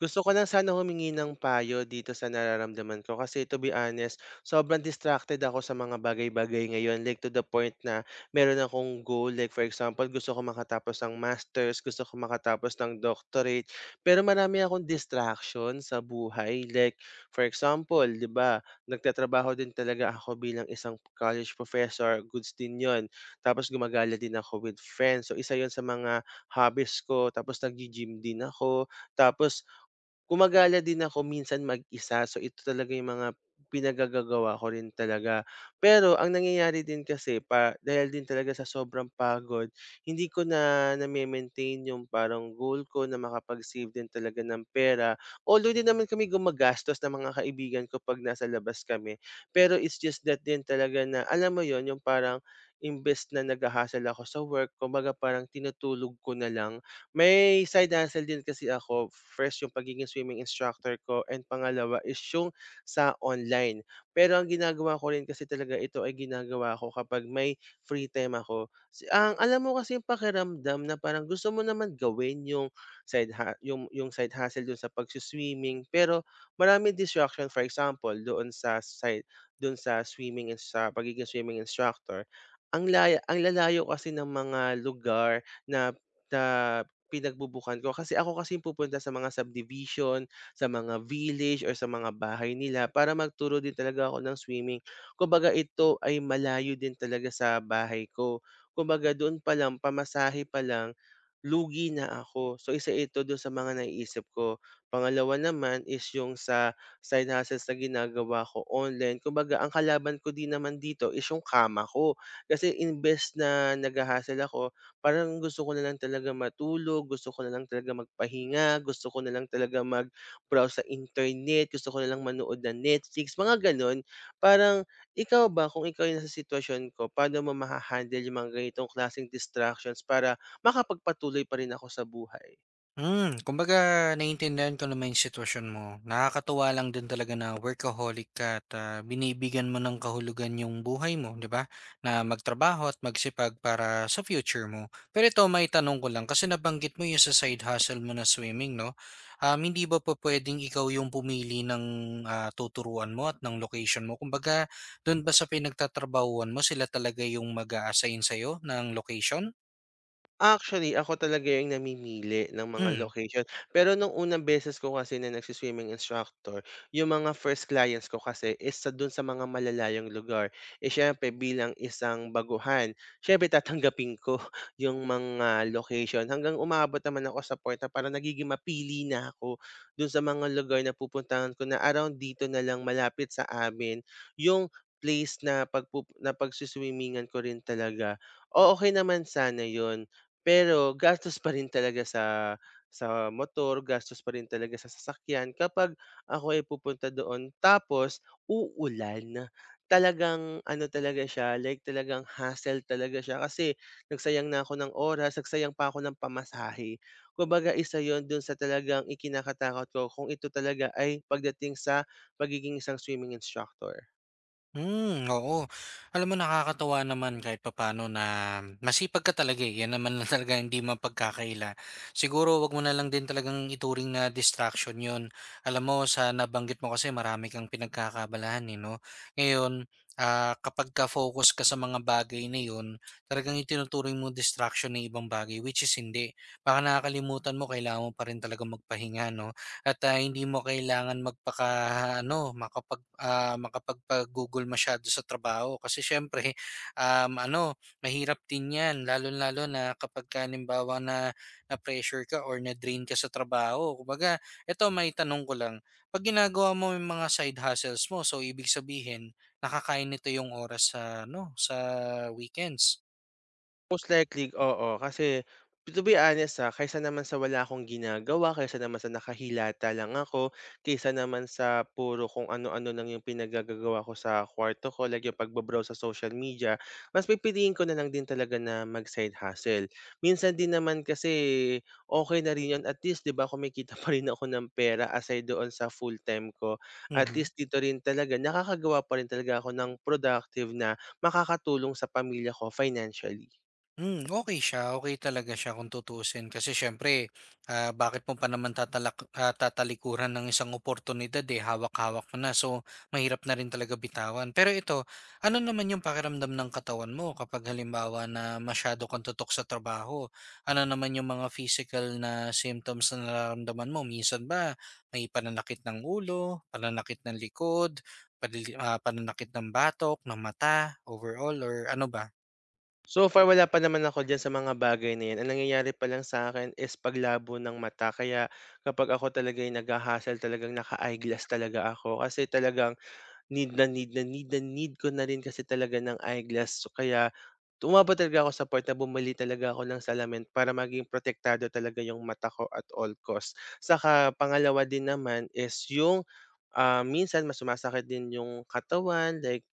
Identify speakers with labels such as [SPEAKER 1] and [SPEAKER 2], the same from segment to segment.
[SPEAKER 1] Gusto ko lang sana humingi ng payo dito sa nararamdaman ko kasi to be honest, sobrang distracted ako sa mga bagay-bagay ngayon. Like to the point na meron akong goal. Like for example, gusto ko makatapos ng master's, gusto ko makatapos ng doctorate. Pero marami akong distraction sa buhay. Like for example, di ba, nagtatrabaho din talaga ako bilang isang college professor. Goods din yon. Tapos gumagala din ako with friends. So isa yon sa mga hobbies ko. Tapos nag-gym din ako. Tapos gumagala din ako minsan mag-isa. So ito talaga yung mga pinagagagawa ko rin talaga. Pero ang nangyayari din kasi pa dahil din talaga sa sobrang pagod, hindi ko na name-maintain yung parang goal ko na makapag-save din talaga ng pera. Although din naman kami gumagastos ng mga kaibigan ko 'pag nasa labas kami. Pero it's just that din talaga na alam mo 'yon, yung parang imbes na nagha-hustle ako sa work, kumbaga parang tinutulog ko na lang may side hustle din kasi ako. First, yung pagiging swimming instructor ko and pangalawa is yung sa online. Pero ang ginagawa ko rin kasi talaga ito ay ginagawa ko kapag may free time ako. Si ang alam mo kasi yung pakiramdam na parang gusto mo naman gawin yung side ha- yung side hustle dun sa pagsuswimming pero maraming distraction for example doon sa side doon sa swimming ins- sa pagiging swimming instructor ang lalayo kasi ng mga lugar na na pinagbubukan ko kasi ako kasi yung pupunta sa mga subdivision, sa mga village or sa mga bahay nila para magturo din talaga ako ng swimming. Kumbaga ito ay malayo din talaga sa bahay ko. Kumbaga doon pa lang, pamasahe pa lang, lugi na ako. So isa ito doon sa mga naiisip ko. Pangalawa naman is yung sa side hustles na ginagawa ko online. Kumbaga ang kalaban ko din naman dito is yung kama ko. Kasi invest na nag-hustle ako, parang gusto ko na lang talaga matulog, gusto ko na lang talaga magpahinga, gusto ko na lang talaga mag-browse sa internet, gusto ko na lang manood ng Netflix, mga gano'n. Parang ikaw ba, kung ikaw yung nasa sitwasyon ko, paano mo maha yung mga ganitong klaseng distractions para makapagpatuloy pa rin ako sa buhay?
[SPEAKER 2] Hmm, kumbaga naiintindihan ko naman 'yung sitwasyon mo. Nakakatuwa lang din talaga na workaholic ka at, binibigyan mo ng kahulugan 'yung buhay mo, 'di ba? Na magtrabaho at magsipag para sa future mo. Pero ito, may tanong ko lang kasi nabanggit mo 'yung sa side hustle mo na swimming, 'no? Hindi ba po puwedeng ikaw 'yung pumili ng, tuturuan mo at ng location mo? Kumbaga, do'n ba sa pinagtatrabahuhan mo sila talaga 'yung mag-a-assign sa'yo ng location?
[SPEAKER 1] Actually, ako talaga yung namimili ng mga
[SPEAKER 2] Hmm.
[SPEAKER 1] location. Pero nung unang beses ko kasi na nagsi instructor, yung mga first clients ko kasi is sa dun sa mga malalayong lugar. Eh syempre bilang isang baguhan, syempre tatanggapin ko yung mga location. Hanggang umabot naman ako sa point na parang nagiging mapili na ako dun sa mga lugar na pupuntahan ko na around dito na lang malapit sa amin yung place na pagsiswimmingan ko rin talaga. O okay naman sana yon pero gastos pa rin talaga sa motor, gastos pa rin talaga sa sasakyan kapag ako ay pupunta doon tapos uulan. Talagang ano talaga siya, like talagang hassle talaga siya kasi nagsayang na ako ng oras, nagsayang pa ako ng pamasahe. Kumbaga isa yon dun sa talagang ikinakatakot ko kung ito talaga ay pagdating sa pagiging isang swimming instructor.
[SPEAKER 2] Hmm, oo. Alam mo nakakatuwa naman kahit papaano na masipag ka talaga, eh, yan naman lang talaga hindi mapagkakaila. Siguro 'wag mo na lang din talagang ituring na distraction 'yun. Alam mo sa nabanggit mo kasi marami kang pinagkakabalahan eh, 'no? Ngayon, kapag ka focus ka sa mga bagay na 'yun, talagang itinuturing mo distraction ng ibang bagay which is hindi. Baka nakakalimutan mo kailangan mo pa rin talagang magpahinga, 'no? At, hindi mo kailangan makapagpagugol masyado sa trabaho. Kasi siyempre, ano, mahirap din 'yan lalong-lalo na kapagka halimbawa na na-pressure ka or na-drain ka sa trabaho. Kumbaga, eto tanong ko lang, 'pag ginagawa mo yung mga side hustles mo, so ibig sabihin nakakain nito yung oras sa ano, sa weekends?
[SPEAKER 1] Most likely, oo. Kasi to be honest, kaysa naman sa wala akong ginagawa, kaysa naman sa nakahilata lang ako, kaysa naman sa puro kung ano-ano lang yung pinagagagawa ko sa kwarto ko, like yung pagbabrowse sa social media, mas pipiliin ko na lang din talaga na mag-side hustle. Minsan din naman kasi okay na rin yun. At least, di ba, kumikita pa rin ako ng pera aside doon sa full-time ko. At
[SPEAKER 2] Mhm.
[SPEAKER 1] least dito rin talaga, nakakagawa pa rin talaga ako ng productive na makakatulong sa pamilya ko financially.
[SPEAKER 2] Hmm, okay siya, okay talaga siya kung tutuusin kasi siyempre, bakit mo pa naman tatalikuran ng isang oportunidad, eh, hawak-hawak mo na. So, mahirap na rin talaga bitawan. Pero ito, ano naman yung pakiramdam ng katawan mo kapag halimbawa na masyado kang tutok sa trabaho? Ano naman yung mga physical na symptoms na nararamdaman mo? Minsan ba may pananakit ng ulo, pananakit ng likod, pananakit ng batok, ng mata, overall or ano ba?
[SPEAKER 1] So far wala pa naman ako diyan sa mga bagay na 'yan. Ang nangyayari pa lang sa akin is paglabo ng mata. Kaya kapag ako talaga ay nagha-hustle talagang naka-eyeglass talaga ako kasi talagang need na need na need na need ko na rin kasi talaga ng eyeglass. So kaya umabot talaga ako sa point na bumili talaga ako ng salamin para maging protektado talaga yung mata ko at all costs. Saka pangalawa din naman is yung minsan mas sumasakit din yung katawan like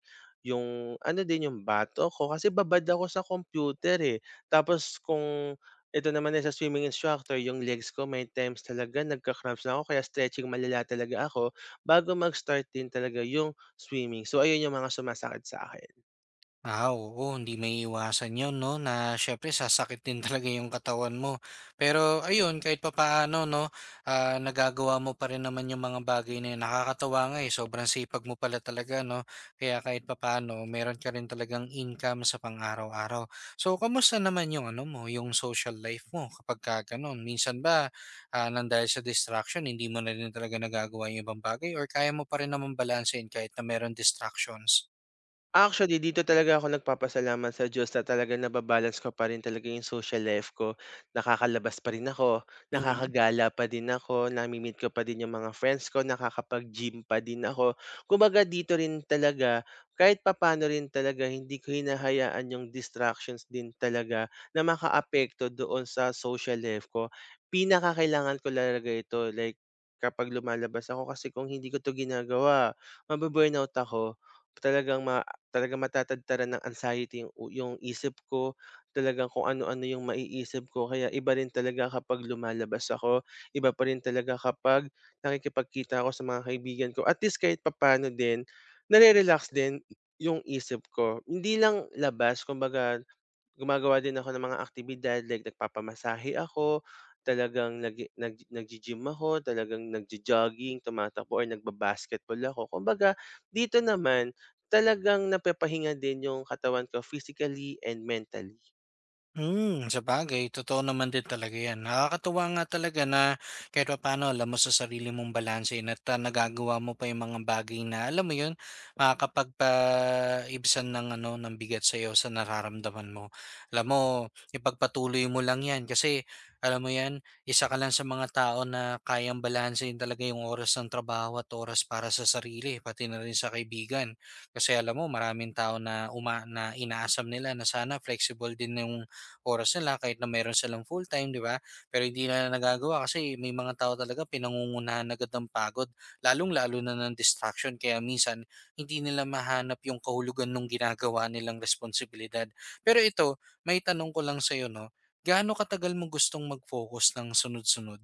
[SPEAKER 1] yung ano din yung bato ko kasi babad ako sa computer eh. Tapos kung ito naman eh, sa swimming instructor, yung legs ko may times talaga nagka-cramps na ako kaya stretching malala talaga ako bago mag-start din talaga yung swimming. So ayun yung mga sumasakit sa akin.
[SPEAKER 2] Ah, oo, hindi maiiwasan 'yon 'no, na siyempre sasakit din talaga yung katawan mo. Pero ayun, kahit papaano 'no, nagagawa mo pa rin naman yung mga bagay na yun. Nakakatuwa nga, eh, sobrang sipag mo pala talaga 'no, kaya kahit papaano meron ka rin talagang income sa pang-araw-araw. So, kamusta naman yung ano mo, yung social life mo kapagka gano'n? Minsan ba, ng dahil sa distraction hindi mo na rin talaga nagagawa yung ibang bagay or kaya mo pa rin namang balansein kahit na meron distractions?
[SPEAKER 1] Actually, dito talaga ako nagpapasalamat sa Diyos na talagang naba ko pa rin talaga yung social life ko. Nakakalabas pa rin ako,
[SPEAKER 2] Mhm.
[SPEAKER 1] nakakagala pa din ako, nami-meet ko pa din yung mga friends ko, nakakapag-gym pa din ako. Kumbaga dito rin talaga, kahit papano rin talaga, hindi ko hinahayaan yung distractions din talaga na makaapekto doon sa social life ko. Pinakakailangan ko talaga ito, like kapag lumalabas ako kasi kung hindi ko to ginagawa, mabu-burnout ako. Talagang Talagang matatadtaran ng anxiety yung isip ko, talagang kung ano-ano yung maiisip ko kaya iba rin talaga kapag lumalabas ako, iba pa rin talaga kapag nakikipagkita ako sa mga kaibigan ko. At least kahit papaano din, nare-relax din yung isip ko. Hindi lang labas kumbaga gumagawa din ako ng mga aktibidad like nagpapamasahe ako, talagang nag nag nag gym ako, talagang nag jogging tumatakbo or nagba-basketball ako. Kumbaga dito naman talagang napapahinga din yung katawan ko physically and mentally.
[SPEAKER 2] Hmm, sabagay totoo naman din talaga 'yan. Nakakatuwa nga talaga na kahit paano alam mo sa sarili mong balansehin at, nagagawa mo pa yung mga bagay na alam mo 'yun, makakapagpaibsan ng ano, ng bigat sa iyo sa nararamdaman mo. Alam mo, ipagpatuloy mo lang 'yan kasi alam mo 'yan, isa ka lang sa mga tao na kayang balansehin talaga yung oras ng trabaho at oras para sa sarili, pati na rin sa kaibigan. Kasi alam mo maraming tao na uma na inaasam nila na sana flexible din yung oras nila kahit na meron silang full-time, 'di ba? Pero hindi nila nagagawa kasi may mga tao talaga pinangungunahan agad ng pagod, lalong-lalo na ng distraction kaya minsan hindi nila mahanap yung kahulugan ng ginagawa nilang responsibilidad. Pero ito, may tanong ko lang sa'yo, 'no? Gaano katagal mo gustong mag-focus ng sunod-sunod?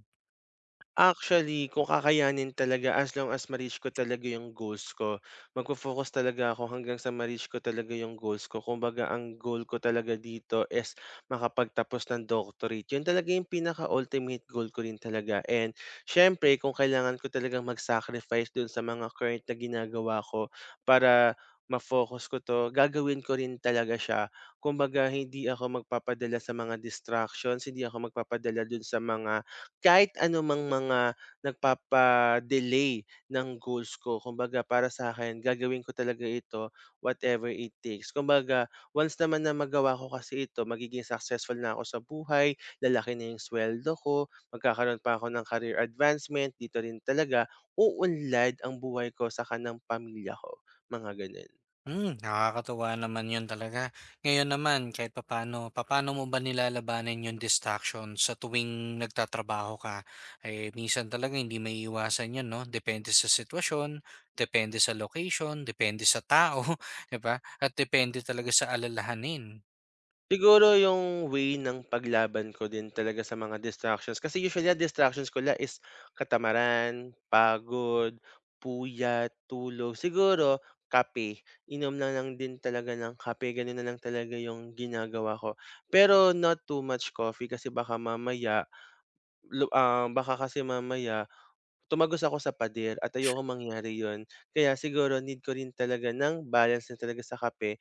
[SPEAKER 1] Actually, kung kakayanin talaga as long as ma-reach ko talaga yung goals ko, magfo-focus talaga ako hanggang sa ma-reach ko talaga yung goals ko. Kumbaga ang goal ko talaga dito is makapagtapos ng doctorate. Yun talaga yung pinaka-ultimate goal ko rin talaga and siyempre kung kailangan ko talagang mag-sacrifice dun sa mga current na ginagawa ko para ma-focus ko 'to, gagawin ko rin talaga siya. Kumbaga hindi ako magpapadala sa mga distractions, hindi ako magpapadala dun sa mga kahit anumang mga nagpapa-delay ng goals ko. Kumbaga para sa akin gagawin ko talaga ito whatever it takes. Kumbaga once naman na magawa ko kasi ito magiging successful na ako sa buhay, lalaki na yung suweldo ko, magkakaroon pa ako ng career advancement, dito rin talaga uunlad ang buhay ko sa kanang pamilya ko, mga gano'n.
[SPEAKER 2] Hmm, nakakatuwa naman 'yun talaga. Ngayon naman kahit papano papano mo ba nilalabanan 'yung distraction sa tuwing nagtatrabaho ka? Eh, minsan talaga may maiiwasan 'yun 'no, depende sa sitwasyon, depende sa location, depende sa tao, 'di ba? At depende talaga sa alalahanin.
[SPEAKER 1] Siguro yung way ng paglaban ko din talaga sa mga distractions kasi usually ang distractions ko la is katamaran, pagod, puyat, tulog. Siguro kape, inom na lang din talaga ng kape, gano'n na lang talaga yung ginagawa ko. Pero not too much coffee kasi baka mamaya, baka kasi mamaya tumagos ako sa pader at ayoko mangyari yon. Kaya siguro need ko rin talaga ng balance na talaga sa kape.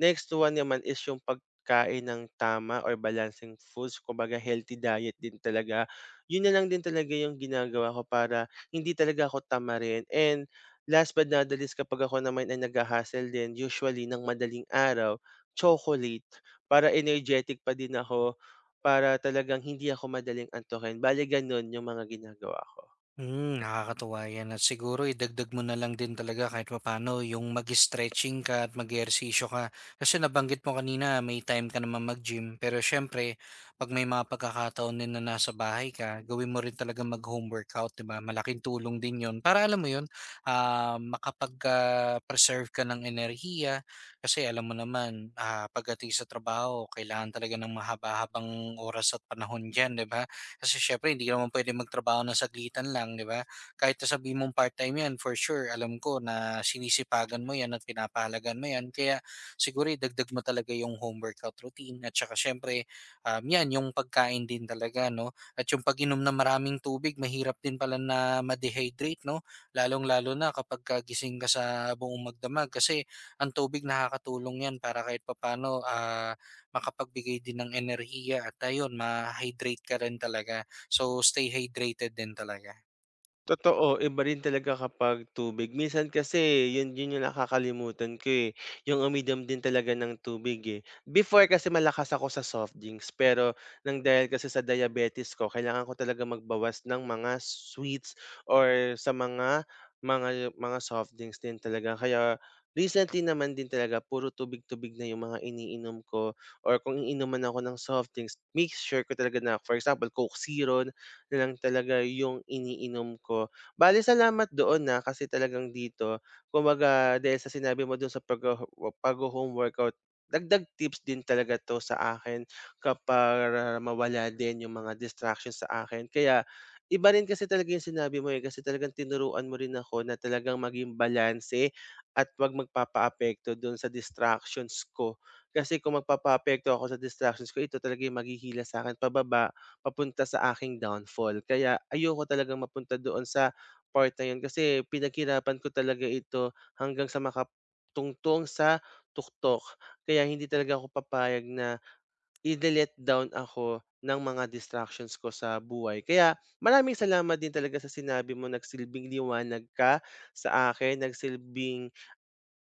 [SPEAKER 1] Next one naman is yung pagkain ng tama or balancing foods, kumbaga healthy diet din talaga. Yun na lang din talaga yung ginagawa ko para hindi talaga ako tamarin. And last but not the least, kapag ako naman ay nag-hustle din, usually ng madaling araw, chocolate para energetic pa din ako, para talagang hindi ako madaling antukin. Bale, ganun yung mga ginagawa ko.
[SPEAKER 2] Hmm, nakakatuwa 'yan at siguro idagdag mo na lang din talaga kahit papaano yung mag-stretching ka at mag-ehersisyo ka. Kasi nabanggit mo kanina may time ka naman mag-gym pero siyempre 'pag may mga pagkakataon din na nasa bahay ka, gawin mo rin talaga mag-home workout, 'di ba? Malaking tulong din 'yon para alam mo 'yon, makapag-preserve ka ng enerhiya kasi alam mo naman, pagdating sa trabaho kailangan talaga ng mahaba-habang oras at panahon diyan, 'di ba? Kasi siyempre hindi ka naman puwedeng magtrabaho ng saglitan lang, 'di ba? Kahit na sabihin mong part-time 'yan, for sure alam ko na sinisipagan mo 'yan at pinapahalagan mo 'yan. Kaya siguro idagdag mo talaga yung home workout routine at saka siyempre, 'yan yung pagkain din talaga 'no, at yung pag-inom ng maraming tubig mahirap din pala na ma-dehydrate 'no, lalong-lalo na kapagka gising ka sa buong magdamag kasi ang tubig nakakatulong 'yan para kahit papaano, makapagbigay din ng enerhiya at ayun ma-hydrate ka rin talaga. So, stay hydrated din talaga.
[SPEAKER 1] Totoo, iba rin talaga kapag tubig. Minsan kasi yun yun yung nakakalimutan ko, eh, yung uminom din talaga ng tubig, eh. Before kasi malakas ako sa soft drinks, pero nang dahil kasi sa diabetes ko kailangan ko talaga magbawas ng mga sweets or sa mga mga soft drinks din talaga. Kaya recently naman din talaga puro tubig-tubig na yung mga iniinom ko or kung iinom man ako ng soft drinks, make sure ko talaga na for example, Coke Zero na lang talaga yung iniinom ko. Bale salamat doon, na, kasi talagang dito kumbaga dahil sa sinabi mo do'n sa pagho-home workout, dagdag tips din talaga 'to sa akin kapag para mawala din yung mga distractions sa akin. Kaya iba rin kasi talaga yung sinabi mo, eh, kasi talagang tinuruan mo rin ako na talagang maging balanse at 'wag magpapaapekto do'n sa distractions ko. Kasi kung magpapaapekto ako sa distractions ko, ito talaga yung maghihilas sa'kin pababa papunta sa aking downfall. Kaya ayoko talagang mapunta doon sa part na 'yun kasi pinaghirapan ko talaga ito hanggang sa makatungtong sa tuktok. Kaya hindi talaga ako papayag na i le down ako ng mga distractions ko sa buhay. Kaya maraming salamat din talaga sa sinabi mo, nagsilbing liwanag ka sa akin, nagsilbing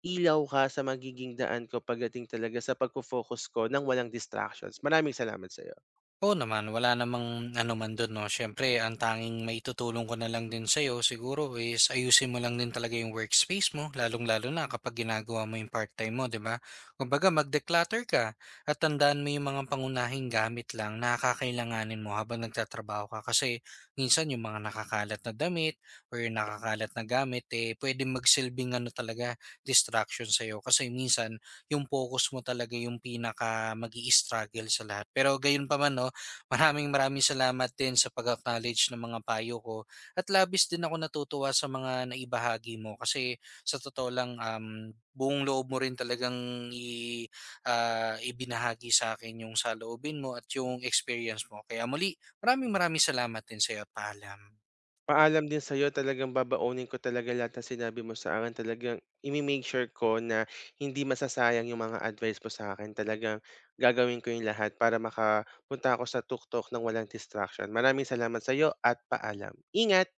[SPEAKER 1] ilaw ka sa magiging daan ko pagdating talaga sa pagfo-focus ko ng walang distractions. Maraming salamat sa'yo.
[SPEAKER 2] Oo naman, wala namang ano man do'n 'no. Siyempre ang tanging maitutulong ko na lang din sa'yo siguro is ayusin mo lang din talaga yung workspace mo, lalong-lalo na kapag ginagawa mo yung part-time mo, 'di ba? Kumbaga mag-declutter ka at tandaan mo yung mga pangunahing gamit lang na kakailanganin mo habang nagtatrabaho ka. Kasi minsan yung mga nakakalat na damit or yung nakakalat na gamit, eh, puwedeng magsilbing ano talaga, distraction sa'yo. Kasi minsan yung focus mo talaga yung pinaka mag struggle sa lahat. Pero gayon pa man 'no, maraming maraming salamat din sa pag-acknowledge ng mga payo ko at labis din ako natutuwa sa mga naibahagi mo kasi sa totoo lang, buong loob mo rin talagang i ah, ibinahagi sa akin yung saloobin mo at yung experience mo. Kaya muli, maraming maraming salamat din sa sa'yo at paalam.
[SPEAKER 1] Paalam din sa'yo, talagang babaunin ko talaga lahat ng sinabi mo sa akin. Talagang imi-make sure ko na hindi masasayang yung mga advice mo sa akin. Talagang gagawin ko yung lahat para makapunta ako sa tuktok ng walang distraction. Maraming salamat sa'yo at paalam. Ingat!